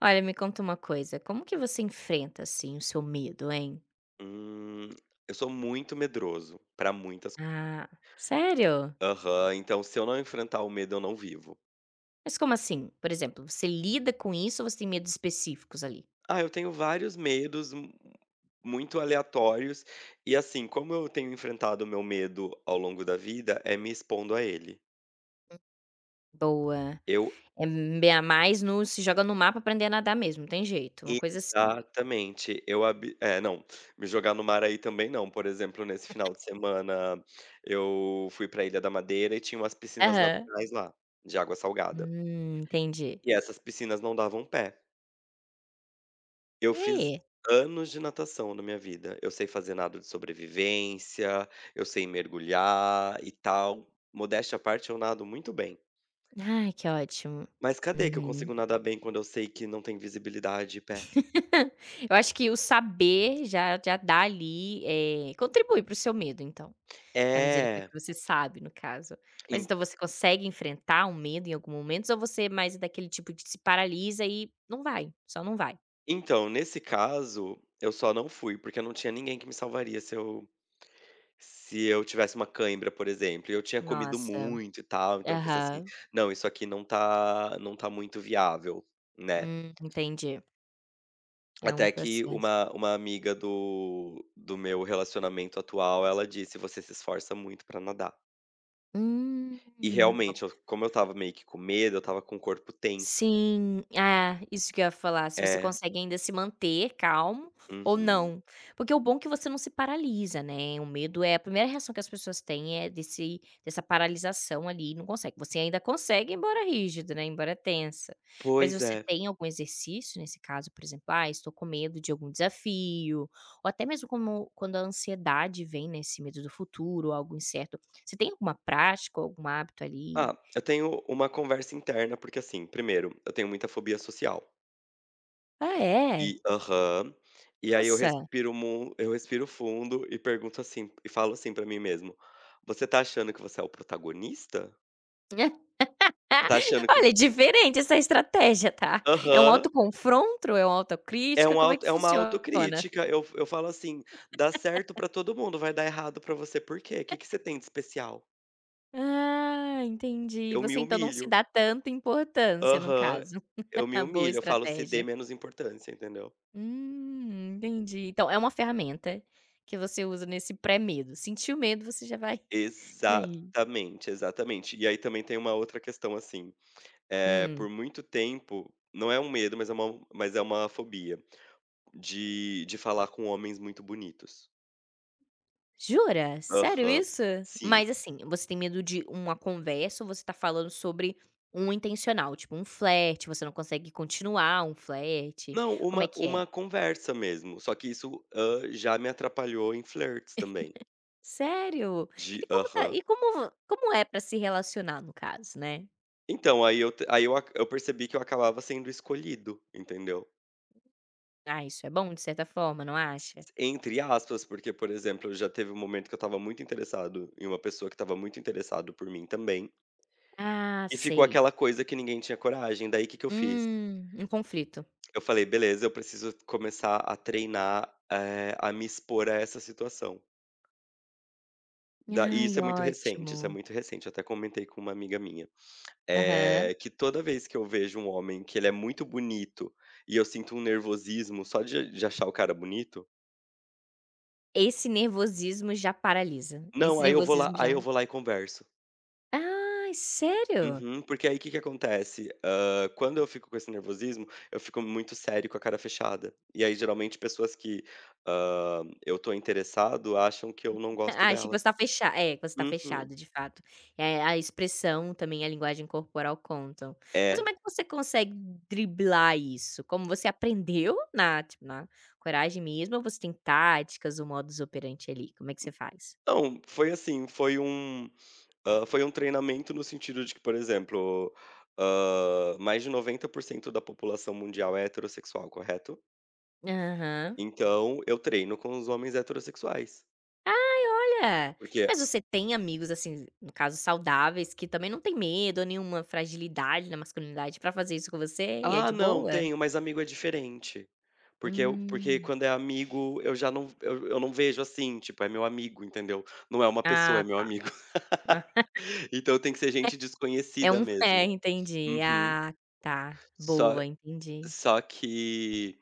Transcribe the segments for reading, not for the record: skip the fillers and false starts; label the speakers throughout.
Speaker 1: Olha, me conta uma coisa, como que você enfrenta, assim, o seu medo, hein?
Speaker 2: Hum, eu sou muito medroso pra muitas coisas.
Speaker 1: Ah, sério?
Speaker 2: Aham, então se eu não enfrentar o medo, eu não vivo.
Speaker 1: Mas como assim? Por exemplo, você lida com isso ou você tem medos específicos ali?
Speaker 2: Ah, eu tenho vários medos mu muito aleatórios e, assim, como eu tenho enfrentado o meu medo ao longo da vida, é me expondo a ele.
Speaker 1: Boa.
Speaker 2: Eu
Speaker 1: É bem a mais no se joga no mar pra aprender a nadar mesmo, não tem jeito, uma coisa assim.
Speaker 2: Exatamente, eu abi é, não, me jogar no mar aí também não. Por exemplo, nesse final de semana eu fui pra Ilha da Madeira e tinha umas piscinas
Speaker 1: Aham.
Speaker 2: naturais lá, de água salgada.
Speaker 1: Entendi.
Speaker 2: E essas piscinas não davam pé.
Speaker 1: E
Speaker 2: Eu fiz
Speaker 1: aí?
Speaker 2: anos de natação na minha vida. Eu sei fazer nado de sobrevivência, eu sei mergulhar e tal. Modéstia à parte, eu nado muito bem.
Speaker 1: Ai, que ótimo.
Speaker 2: Mas cadê que eu
Speaker 1: Uhum.
Speaker 2: consigo nadar bem quando eu sei que não tem visibilidade de pé?
Speaker 1: Eu acho que o saber já dá ali, contribui pro seu medo, então. Tá me dizendo que é o
Speaker 2: É,
Speaker 1: que você sabe, no caso. Mas
Speaker 2: en-
Speaker 1: então você consegue enfrentar um medo em algum momento ou você é mais daquele tipo de se paralisa e não vai, só não vai?
Speaker 2: então, nesse caso, eu só não fui, porque não tinha ninguém que me salvaria se eu, tivesse uma cãibra, por exemplo. E eu tinha comido
Speaker 1: Nossa.
Speaker 2: muito e tal, então eu pensei assim,
Speaker 1: Aham.
Speaker 2: não, isso aqui não tá muito viável, né?
Speaker 1: Entendi. É um
Speaker 2: Até que
Speaker 1: processo.
Speaker 2: uma amiga do meu relacionamento atual, ela disse: "Você se esforça muito pra nadar". E
Speaker 1: Hum.
Speaker 2: realmente, eu como eu estava meio que com medo, eu estava com o corpo tenso.
Speaker 1: Sim, ah isso que eu ia falar, se você
Speaker 2: É.
Speaker 1: consegue ainda se manter calmo ou
Speaker 2: Uhum.
Speaker 1: não. Porque o bom é que você não se paralisa, né, o medo é a primeira reação que as pessoas têm é desse dessa paralisação ali, não consegue. Você ainda consegue, embora rígido, né, embora tensa. Mas
Speaker 2: Pois
Speaker 1: você
Speaker 2: é.
Speaker 1: tem algum exercício nesse caso, por exemplo: "Ah, estou com medo de algum desafio", ou até mesmo como quando a ansiedade vem, né, esse medo do futuro, algo incerto. Você tem alguma prática algum hábito ali?
Speaker 2: Ah, eu tenho uma conversa interna, porque assim, primeiro, eu tenho muita fobia social.
Speaker 1: Ah, é?
Speaker 2: E aham. E aí
Speaker 1: Nossa.
Speaker 2: eu respiro fundo e pergunto assim e falo assim pra mim mesmo: "Você tá achando que você é o protagonista? Você tá achando que".
Speaker 1: Olha, é diferente essa estratégia, tá. É um
Speaker 2: Aham.
Speaker 1: autoconfronto, é uma
Speaker 2: É
Speaker 1: autocrítica,
Speaker 2: um
Speaker 1: como é
Speaker 2: auto
Speaker 1: que
Speaker 2: é uma
Speaker 1: funciona?
Speaker 2: autocrítica, eu falo assim: "Dá certo pra todo mundo, vai dar errado pra você por quê? O que que você tem de especial?".
Speaker 1: Ah, entendi.
Speaker 2: Eu me
Speaker 1: Você então não se
Speaker 2: humilho.
Speaker 1: dá tanta importância no
Speaker 2: Aham.
Speaker 1: caso.
Speaker 2: Eu me
Speaker 1: Boa
Speaker 2: humilho, eu falo: "Se dê
Speaker 1: estratégia.
Speaker 2: menos importância", entendeu.
Speaker 1: Entendi. Então é uma ferramenta que você usa nesse pré-medo. Sentiu medo, você já vai já ir.
Speaker 2: Exatamente, exatamente. E aí também tem uma outra questão, assim, é
Speaker 1: Hum.
Speaker 2: por muito tempo não é um medo, mas é uma fobia de falar com homens muito bonitos.
Speaker 1: Jura? Sério
Speaker 2: Aham.
Speaker 1: isso?
Speaker 2: Sim.
Speaker 1: Mas assim, você tem medo de uma conversa ou você tá falando sobre um intencional, tipo um flerte, você não consegue continuar um flerte,
Speaker 2: Não,
Speaker 1: como é
Speaker 2: uma
Speaker 1: que é?
Speaker 2: uma conversa mesmo, só que isso, já me atrapalhou em flirts também,
Speaker 1: Sério?
Speaker 2: de
Speaker 1: E como tá
Speaker 2: aham.
Speaker 1: e como é pra se relacionar no caso, né?
Speaker 2: Então, aí eu te aí eu ac eu percebi que eu acabava sendo escolhido, entendeu?
Speaker 1: Ah, isso é bom de certa forma, não
Speaker 2: S
Speaker 1: acha?
Speaker 2: entre aspas, porque, por exemplo, já teve um momento que eu estava muito interessado em uma pessoa que estava muito interessado por mim também,
Speaker 1: Ah,
Speaker 2: e ficou
Speaker 1: sei.
Speaker 2: aquela coisa que ninguém tinha coragem, daí o que que eu fiz?
Speaker 1: Um conflito.
Speaker 2: Eu falei: "Beleza, eu preciso começar a treinar, a me expor a essa situação". Da e isso
Speaker 1: Ai,
Speaker 2: é muito recente, isso é
Speaker 1: ótimo.
Speaker 2: muito recente, eu até comentei com uma amiga minha.
Speaker 1: Aham.
Speaker 2: Que toda vez que eu vejo um homem que ele é muito bonito e eu sinto um nervosismo só de achar o cara bonito,
Speaker 1: Esse nervosismo já paralisa,
Speaker 2: não,
Speaker 1: esse
Speaker 2: aí eu vou lá
Speaker 1: nervosismo
Speaker 2: aí
Speaker 1: já
Speaker 2: eu vou lá e converso.
Speaker 1: ai, sério?
Speaker 2: Uhum, porque aí o que que acontece, quando eu fico com esse nervosismo, eu fico muito sério com a cara fechada. E aí geralmente pessoas que, eu tô interessado acham que eu não gosto
Speaker 1: Acha que
Speaker 2: delas.
Speaker 1: você tá fechado, é, que você tá
Speaker 2: Uhum.
Speaker 1: fechado de fato. É a expressão também, a linguagem corporal contam. Mas como
Speaker 2: É.
Speaker 1: é que você consegue driblar isso? Como você aprendeu na tipo, na coragem mesmo ou você tem táticas, o modus operandi ali, como é que você faz?
Speaker 2: Não, foi assim, foi um treinamento no sentido de que, por exemplo, mais de 90% da população mundial é heterossexual, correto?
Speaker 1: Aham.
Speaker 2: Então, eu treino com os homens heterossexuais,
Speaker 1: E olha, mas
Speaker 2: porque
Speaker 1: você tem amigos, assim, no caso saudáveis, que também não tem medo ou nenhuma fragilidade na masculinidade pra fazer isso com você e é
Speaker 2: "Ah,
Speaker 1: de
Speaker 2: não,
Speaker 1: boa?
Speaker 2: tenho, mas amigo é diferente", porque eu porque
Speaker 1: Hum.
Speaker 2: quando é amigo eu não vejo assim, tipo, é meu amigo, entendeu? Não é uma pessoa,
Speaker 1: Ah,
Speaker 2: é meu
Speaker 1: tá.
Speaker 2: amigo. Então tem que ser gente
Speaker 1: É
Speaker 2: desconhecida
Speaker 1: um é,
Speaker 2: mesmo.
Speaker 1: entendi.
Speaker 2: Uhum.
Speaker 1: Ah, tá.
Speaker 2: Só
Speaker 1: Boa, entendi.
Speaker 2: Só que,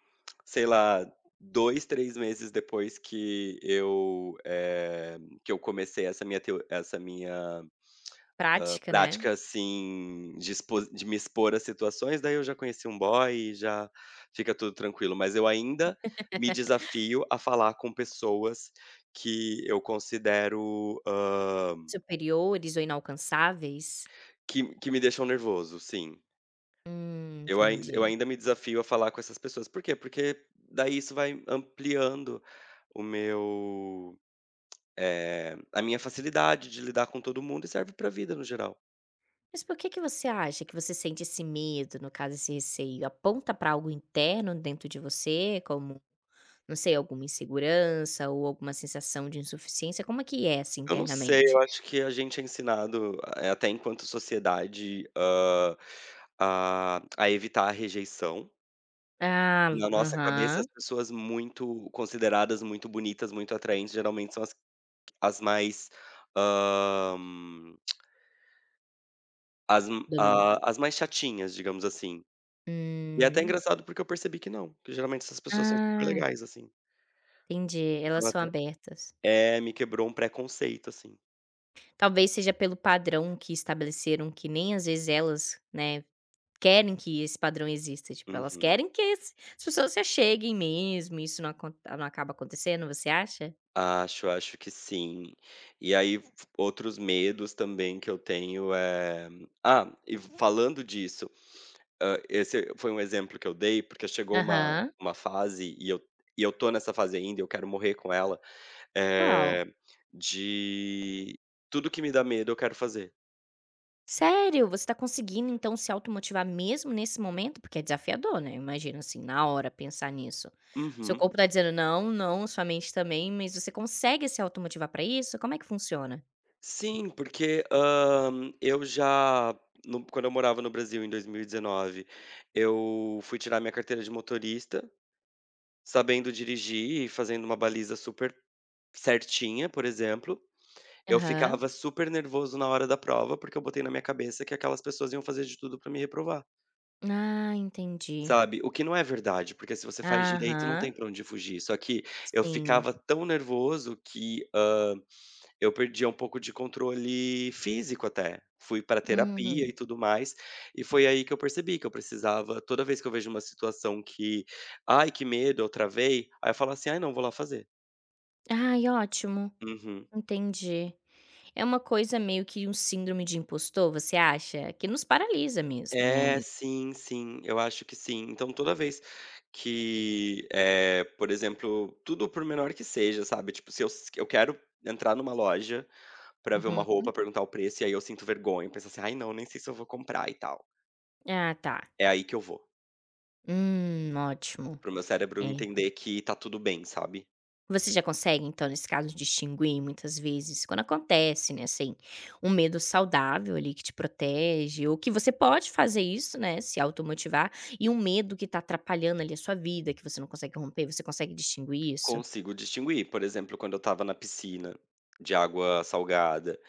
Speaker 2: sei lá, 2, 3 meses depois que eu comecei essa minha,
Speaker 1: Prática, né.
Speaker 2: prática, assim, de me expor a situações, daí eu já conheci um boy e já fica tudo tranquilo. Mas eu ainda me desafio a falar com pessoas que eu considero,
Speaker 1: Superiores ou inalcançáveis?
Speaker 2: que me deixam nervoso, sim. Eu
Speaker 1: Entendi.
Speaker 2: ainda me desafio a falar com essas pessoas. Por quê? Porque daí isso vai ampliando o meu, a minha facilidade de lidar com todo mundo e serve pra vida no geral.
Speaker 1: Mas por que que você acha que você sente esse medo, no caso, esse receio? Aponta para algo interno dentro de você, como, não sei, alguma insegurança ou alguma sensação de insuficiência? Como é que é, assim,
Speaker 2: Eu não sei, eu
Speaker 1: internamente?
Speaker 2: acho que a gente é ensinado, até enquanto sociedade, a evitar a rejeição.
Speaker 1: Ah,
Speaker 2: Na nossa cabeça,
Speaker 1: aham.
Speaker 2: as pessoas muito consideradas muito bonitas, muito atraentes, geralmente são as mais, hã, as m
Speaker 1: Domínio.
Speaker 2: a as mais chatinhas, digamos assim. E é até
Speaker 1: Hum.
Speaker 2: engraçado porque eu percebi que não, que geralmente essas pessoas são super
Speaker 1: Ah,
Speaker 2: legais, assim.
Speaker 1: entendi. Elas
Speaker 2: Então
Speaker 1: são
Speaker 2: até
Speaker 1: abertas.
Speaker 2: é, me quebrou um preconceito, assim.
Speaker 1: Talvez seja pelo padrão que estabeleceram que nem às vezes elas, né, querem que esse padrão exista, tipo, elas
Speaker 2: Uhum.
Speaker 1: querem que as pessoas se acheguem mesmo, e isso não acaba acontecendo, você acha?
Speaker 2: Acho que sim. E aí f outros medos também que eu tenho é ah, e falando disso, esse foi um exemplo que eu dei, porque chegou uma
Speaker 1: Aham.
Speaker 2: uma fase e eu tô nessa fase ainda e eu quero morrer com ela.
Speaker 1: Qual?
Speaker 2: Eh, de tudo que me dá medo eu quero fazer.
Speaker 1: Sério? Você tá conseguindo então se automotivar mesmo nesse momento? Porque é desafiador, né, imagina, assim, na hora pensar nisso. Seu
Speaker 2: Uhum.
Speaker 1: corpo tá dizendo: "Não, não", sua mente também, mas você consegue se automotivar pra isso? Como é que funciona?
Speaker 2: Sim, porque, eu já no quando eu morava no Brasil em 2019, eu fui tirar minha carteira de motorista, sabendo dirigir e fazendo uma baliza super certinha, por exemplo. Eu
Speaker 1: Aham.
Speaker 2: ficava super nervoso na hora da prova, porque eu botei na minha cabeça que aquelas pessoas iam fazer de tudo pra me reprovar,
Speaker 1: Ah, entendi.
Speaker 2: sabe. O que não é verdade, porque se você faz direito não
Speaker 1: Aham,
Speaker 2: tem pra onde fugir, só que eu
Speaker 1: sim.
Speaker 2: ficava tão nervoso que, eu perdi um pouco de controle físico até. Fui para terapia
Speaker 1: Hum.
Speaker 2: e tudo mais, e foi aí que eu percebi que eu precisava toda vez que eu vejo uma situação que: "Ai, que medo, eu travei", aí eu falo assim: "Ai, não, vou lá fazer".
Speaker 1: Ai, ótimo,
Speaker 2: Uhum.
Speaker 1: entendi. É uma coisa meio que um síndrome de impostor, você acha? Que nos paralisa mesmo, né,
Speaker 2: É,
Speaker 1: ali.
Speaker 2: sim, sim, eu acho que sim. Então toda vez que, por exemplo, tudo por menor que seja, sabe, tipo, se eu quero entrar numa loja pra ver uma
Speaker 1: Uhum.
Speaker 2: roupa, perguntar o preço, e aí eu sinto vergonha, penso assim: "Ai, não, nem sei se eu vou comprar e tal".
Speaker 1: Ah, tá.
Speaker 2: É aí que eu vou.
Speaker 1: Ótimo.
Speaker 2: Para o meu cérebro
Speaker 1: É.
Speaker 2: entender que tá tudo bem, sabe.
Speaker 1: Você já consegue, então, nesse caso, distinguir muitas vezes quando acontece, né, assim, um medo saudável ali que te protege, ou que você pode fazer isso, né, se automotivar, e um medo que tá atrapalhando ali a sua vida, que você não consegue romper, você consegue distinguir isso?
Speaker 2: Consigo distinguir, por exemplo, quando eu estava na piscina de água salgada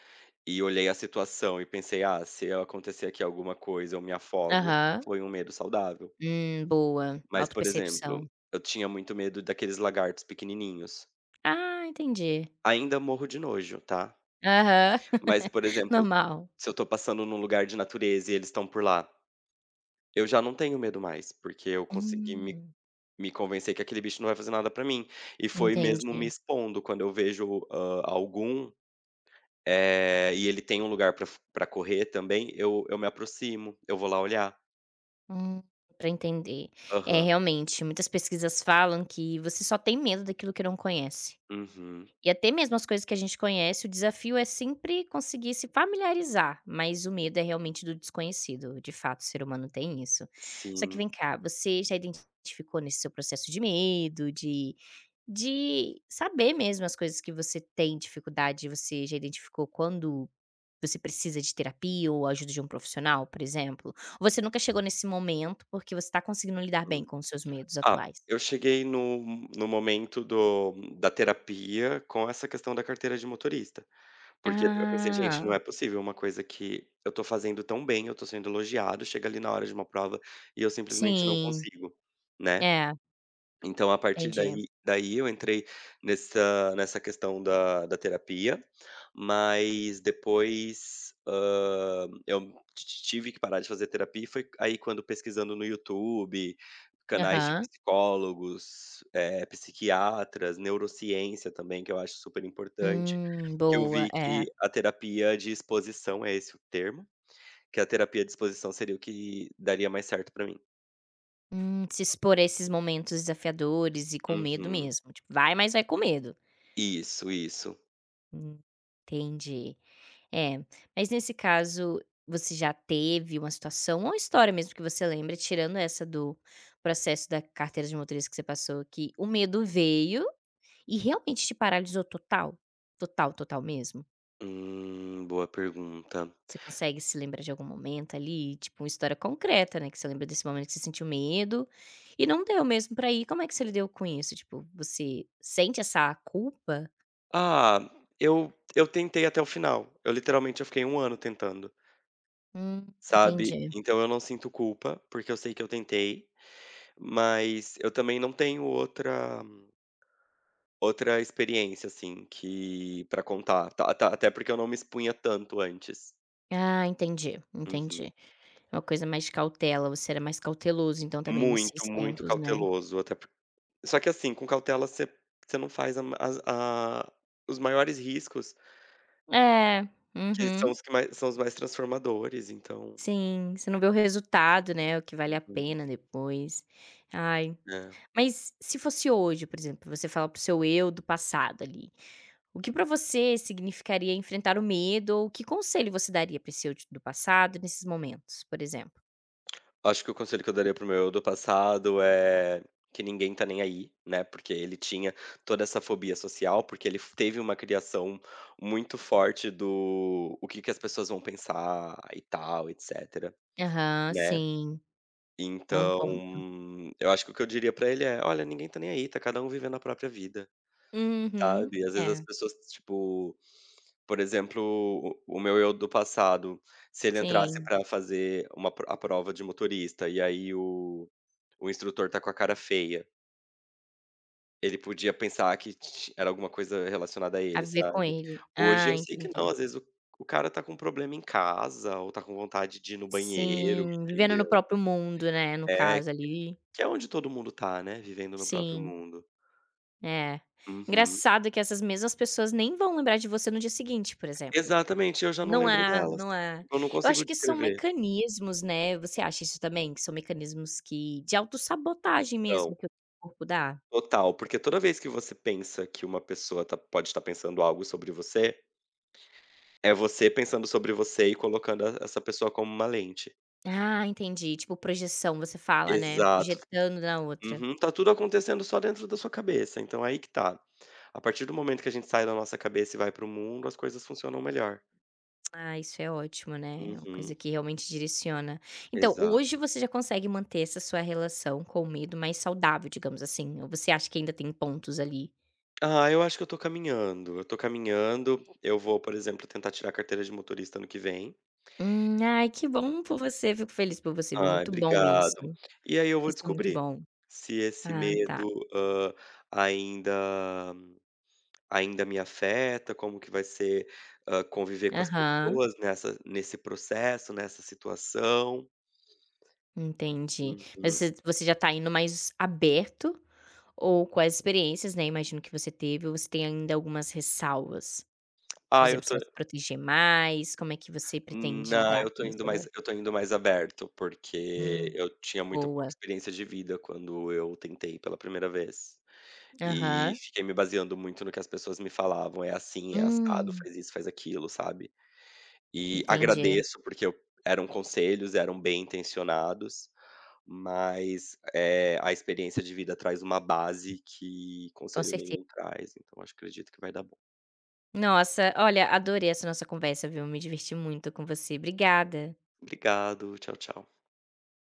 Speaker 2: e olhei a situação e pensei: "Ah, se eu acontecer aqui alguma coisa, eu me afogo",
Speaker 1: Aham.
Speaker 2: foi um medo saudável.
Speaker 1: Boa,
Speaker 2: Mas, por exemplo,
Speaker 1: autopercepção.
Speaker 2: eu tinha muito medo daqueles lagartos pequenininhos.
Speaker 1: Ah, entendi.
Speaker 2: Ainda morro de nojo, tá.
Speaker 1: Aham.
Speaker 2: Mas, por exemplo,
Speaker 1: Normal.
Speaker 2: se eu tô passando num lugar de natureza e eles estão por lá, eu já não tenho medo mais, porque eu consegui me
Speaker 1: Hum,
Speaker 2: Me convencer que aquele bicho não vai fazer nada pra mim. E foi mesmo
Speaker 1: entendi.
Speaker 2: me expondo, quando eu vejo, algum, e ele tem um lugar pra correr também, eu me aproximo, eu vou lá olhar.
Speaker 1: Hum, pra entender. É,
Speaker 2: Aham.
Speaker 1: realmente, muitas pesquisas falam que você só tem medo daquilo que não conhece.
Speaker 2: Uhum.
Speaker 1: E até mesmo as coisas que a gente conhece, o desafio é sempre conseguir se familiarizar, mas o medo é realmente do desconhecido, de fato, o ser humano tem isso. Só que
Speaker 2: Sim.
Speaker 1: vem cá, você já identificou nesse seu processo de medo, de saber mesmo as coisas que você tem dificuldade, você já identificou quando você precisa de terapia ou ajuda de um profissional, por exemplo? Ou você nunca chegou nesse momento porque você está conseguindo lidar bem
Speaker 2: Hum.
Speaker 1: com os seus medos
Speaker 2: Ah,
Speaker 1: atuais?
Speaker 2: eu cheguei no momento do da terapia com essa questão da carteira de motorista, porque eu pensei: "Gente, não
Speaker 1: Ah,
Speaker 2: é possível uma coisa que eu tô fazendo tão bem, eu tô sendo elogiado, chega ali na hora de uma prova e eu simplesmente não
Speaker 1: sim.
Speaker 2: consigo", né.
Speaker 1: É,
Speaker 2: Então, a partir
Speaker 1: entendi.
Speaker 2: daí eu entrei nessa questão da terapia, mas depois, eu ti tive que parar de fazer terapia e foi aí quando pesquisando no YouTube, canais de
Speaker 1: Aham.
Speaker 2: psicólogos, psiquiatras, neurociência também, que eu acho super importante, que eu
Speaker 1: Boa,
Speaker 2: vi
Speaker 1: é.
Speaker 2: que a terapia de exposição é esse o termo, que a terapia de exposição seria o que daria mais certo pra mim.
Speaker 1: Se expor a esses momentos desafiadores e com medo
Speaker 2: Uhum.
Speaker 1: mesmo, tipo, vai, mas vai com medo.
Speaker 2: Isso, isso.
Speaker 1: Hum, entendi. É, mas nesse caso, você já teve uma situação ou história mesmo que você lembra, tirando essa do processo da carteira de motorista que você passou, que o medo veio e realmente te paralisou total? Total, total mesmo?
Speaker 2: Boa pergunta.
Speaker 1: Você consegue se lembrar de algum momento ali, tipo uma história concreta, né, que você lembra desse momento que você sentiu medo e não deu mesmo pra ir, como é que você lidou com isso? Tipo, você sente essa culpa?
Speaker 2: Ah, eu tentei até o final. Eu literalmente eu fiquei um ano tentando,
Speaker 1: Hum,
Speaker 2: sabe.
Speaker 1: entendi.
Speaker 2: Então eu não sinto culpa, porque eu sei que eu tentei, mas eu também não tenho outra experiência, assim, que para contar, tá, tá, até porque eu não me expunha tanto antes.
Speaker 1: Ah, entendi,
Speaker 2: Uhum.
Speaker 1: entendi. É uma coisa mais de cautela, você era mais cauteloso então também
Speaker 2: Muito,
Speaker 1: nesses
Speaker 2: muito
Speaker 1: tempos, né.
Speaker 2: cauteloso, até por só que assim, com cautela você não faz a as a os maiores riscos,
Speaker 1: É,
Speaker 2: que são
Speaker 1: uhum.
Speaker 2: os que mais são os mais transformadores, então.
Speaker 1: Sim, você não vê o resultado, né, o que vale a
Speaker 2: Uhum.
Speaker 1: pena depois. Ai,
Speaker 2: É.
Speaker 1: mas se fosse hoje, por exemplo, você fala pro seu eu do passado ali, o que para você significaria enfrentar o medo ou que conselho você daria para esse eu de do passado nesses momentos, por exemplo?
Speaker 2: Acho que o conselho que eu daria para o meu eu do passado é que ninguém tá nem aí, né, porque ele tinha toda essa fobia social, porque ele f teve uma criação muito forte do o que que as pessoas vão pensar e tal, etcétera,
Speaker 1: Aham,
Speaker 2: né.
Speaker 1: sim, é um
Speaker 2: Então,
Speaker 1: ponto.
Speaker 2: eu acho que o que eu diria pra ele é: "Olha, ninguém tá nem aí, tá cada um vivendo a própria vida".
Speaker 1: Uhum.
Speaker 2: Sabe, às vezes as
Speaker 1: É,
Speaker 2: pessoas, tipo, por exemplo, o meu eu do passado, se ele entrasse
Speaker 1: sim,
Speaker 2: pra fazer uma pro a prova de motorista e aí o instrutor tá com a cara feia, ele podia pensar que ti era alguma coisa relacionada a
Speaker 1: a
Speaker 2: ele,
Speaker 1: viver com
Speaker 2: sabe.
Speaker 1: ele.
Speaker 2: Hoje
Speaker 1: Ah,
Speaker 2: eu sei que não,
Speaker 1: entendi.
Speaker 2: às vezes o cara tá com um problema em casa ou tá com vontade de ir no banheiro,
Speaker 1: Sim, vivendo no
Speaker 2: entendeu.
Speaker 1: próprio mundo, né, no
Speaker 2: É,
Speaker 1: caso ali.
Speaker 2: que é onde todo mundo tá, né, vivendo no próprio
Speaker 1: Sim,
Speaker 2: mundo.
Speaker 1: é.
Speaker 2: Uhum.
Speaker 1: Engraçado que essas mesmas pessoas nem vão lembrar de você no dia seguinte, por exemplo.
Speaker 2: Exatamente, eu já não
Speaker 1: Não
Speaker 2: lembro
Speaker 1: há,
Speaker 2: delas.
Speaker 1: não há.
Speaker 2: Tipo, eu não
Speaker 1: Eu
Speaker 2: consigo
Speaker 1: acho que são
Speaker 2: descrever.
Speaker 1: mecanismos, né, você acha isso também? Que são mecanismos que de autossabotagem mesmo
Speaker 2: Não.
Speaker 1: que o corpo dá?
Speaker 2: Total, porque toda vez que você pensa que uma pessoa pode estar pensando algo sobre você, é você pensando sobre você e colocando essa pessoa como uma lente.
Speaker 1: Ah, entendi, tipo projeção você fala, né,
Speaker 2: Exato.
Speaker 1: projetando na outra.
Speaker 2: Uhum, tá tudo acontecendo só dentro da sua cabeça, então aí que tá. A partir do momento que a gente sai da nossa cabeça e vai para o mundo, as coisas funcionam melhor.
Speaker 1: Ah, isso é ótimo, né, é uma coisa
Speaker 2: Uhum,
Speaker 1: que realmente direciona. Então,
Speaker 2: exato.
Speaker 1: hoje você já consegue manter essa sua relação com o medo mais saudável, digamos assim, ou você acha que ainda tem pontos ali?
Speaker 2: Ah, eu acho que eu tô caminhando, eu vou, por exemplo, tentar tirar a carteira de motorista ano que vem.
Speaker 1: Ai que bom por você, fico feliz por você, viu,
Speaker 2: Ai,
Speaker 1: muito bom isso.
Speaker 2: obrigado. E aí eu vou
Speaker 1: Isso é muito
Speaker 2: descobrir
Speaker 1: bom.
Speaker 2: se esse
Speaker 1: Ah, tá.
Speaker 2: medo, ainda ainda me afeta, como que vai ser, conviver com as
Speaker 1: Aham.
Speaker 2: pessoas nessa nesse processo, nessa situação.
Speaker 1: Entendi. Mas
Speaker 2: Uhum.
Speaker 1: você já tá indo mais aberto ou com as experiências, né, imagino que você teve, ou você tem ainda algumas ressalvas? Por
Speaker 2: Ah, eu
Speaker 1: exemplo,
Speaker 2: tô
Speaker 1: você vai se proteger mais? Como é que você pretende
Speaker 2: não,
Speaker 1: lidar
Speaker 2: eu
Speaker 1: com
Speaker 2: tô
Speaker 1: isso
Speaker 2: indo
Speaker 1: agora?
Speaker 2: mais eu tô indo mais aberto, porque
Speaker 1: Hum,
Speaker 2: eu tinha muito pouca
Speaker 1: boa.
Speaker 2: experiência de vida quando eu tentei pela primeira vez. E
Speaker 1: Aham.
Speaker 2: fiquei me baseando muito no que as pessoas me falavam: "É assim, é assado,
Speaker 1: Hum,
Speaker 2: faz isso, faz aquilo", sabe? E
Speaker 1: entendi.
Speaker 2: agradeço, porque eu eram conselhos, eram bem intencionados, mas, a experiência de vida traz uma base que
Speaker 1: Com
Speaker 2: conselho
Speaker 1: certeza.
Speaker 2: nenhum traz, então acho acredito que vai dar bom.
Speaker 1: Nossa, olha, adorei essa nossa conversa, viu. Me diverti muito com você. Obrigada.
Speaker 2: Obrigado, tchau, tchau.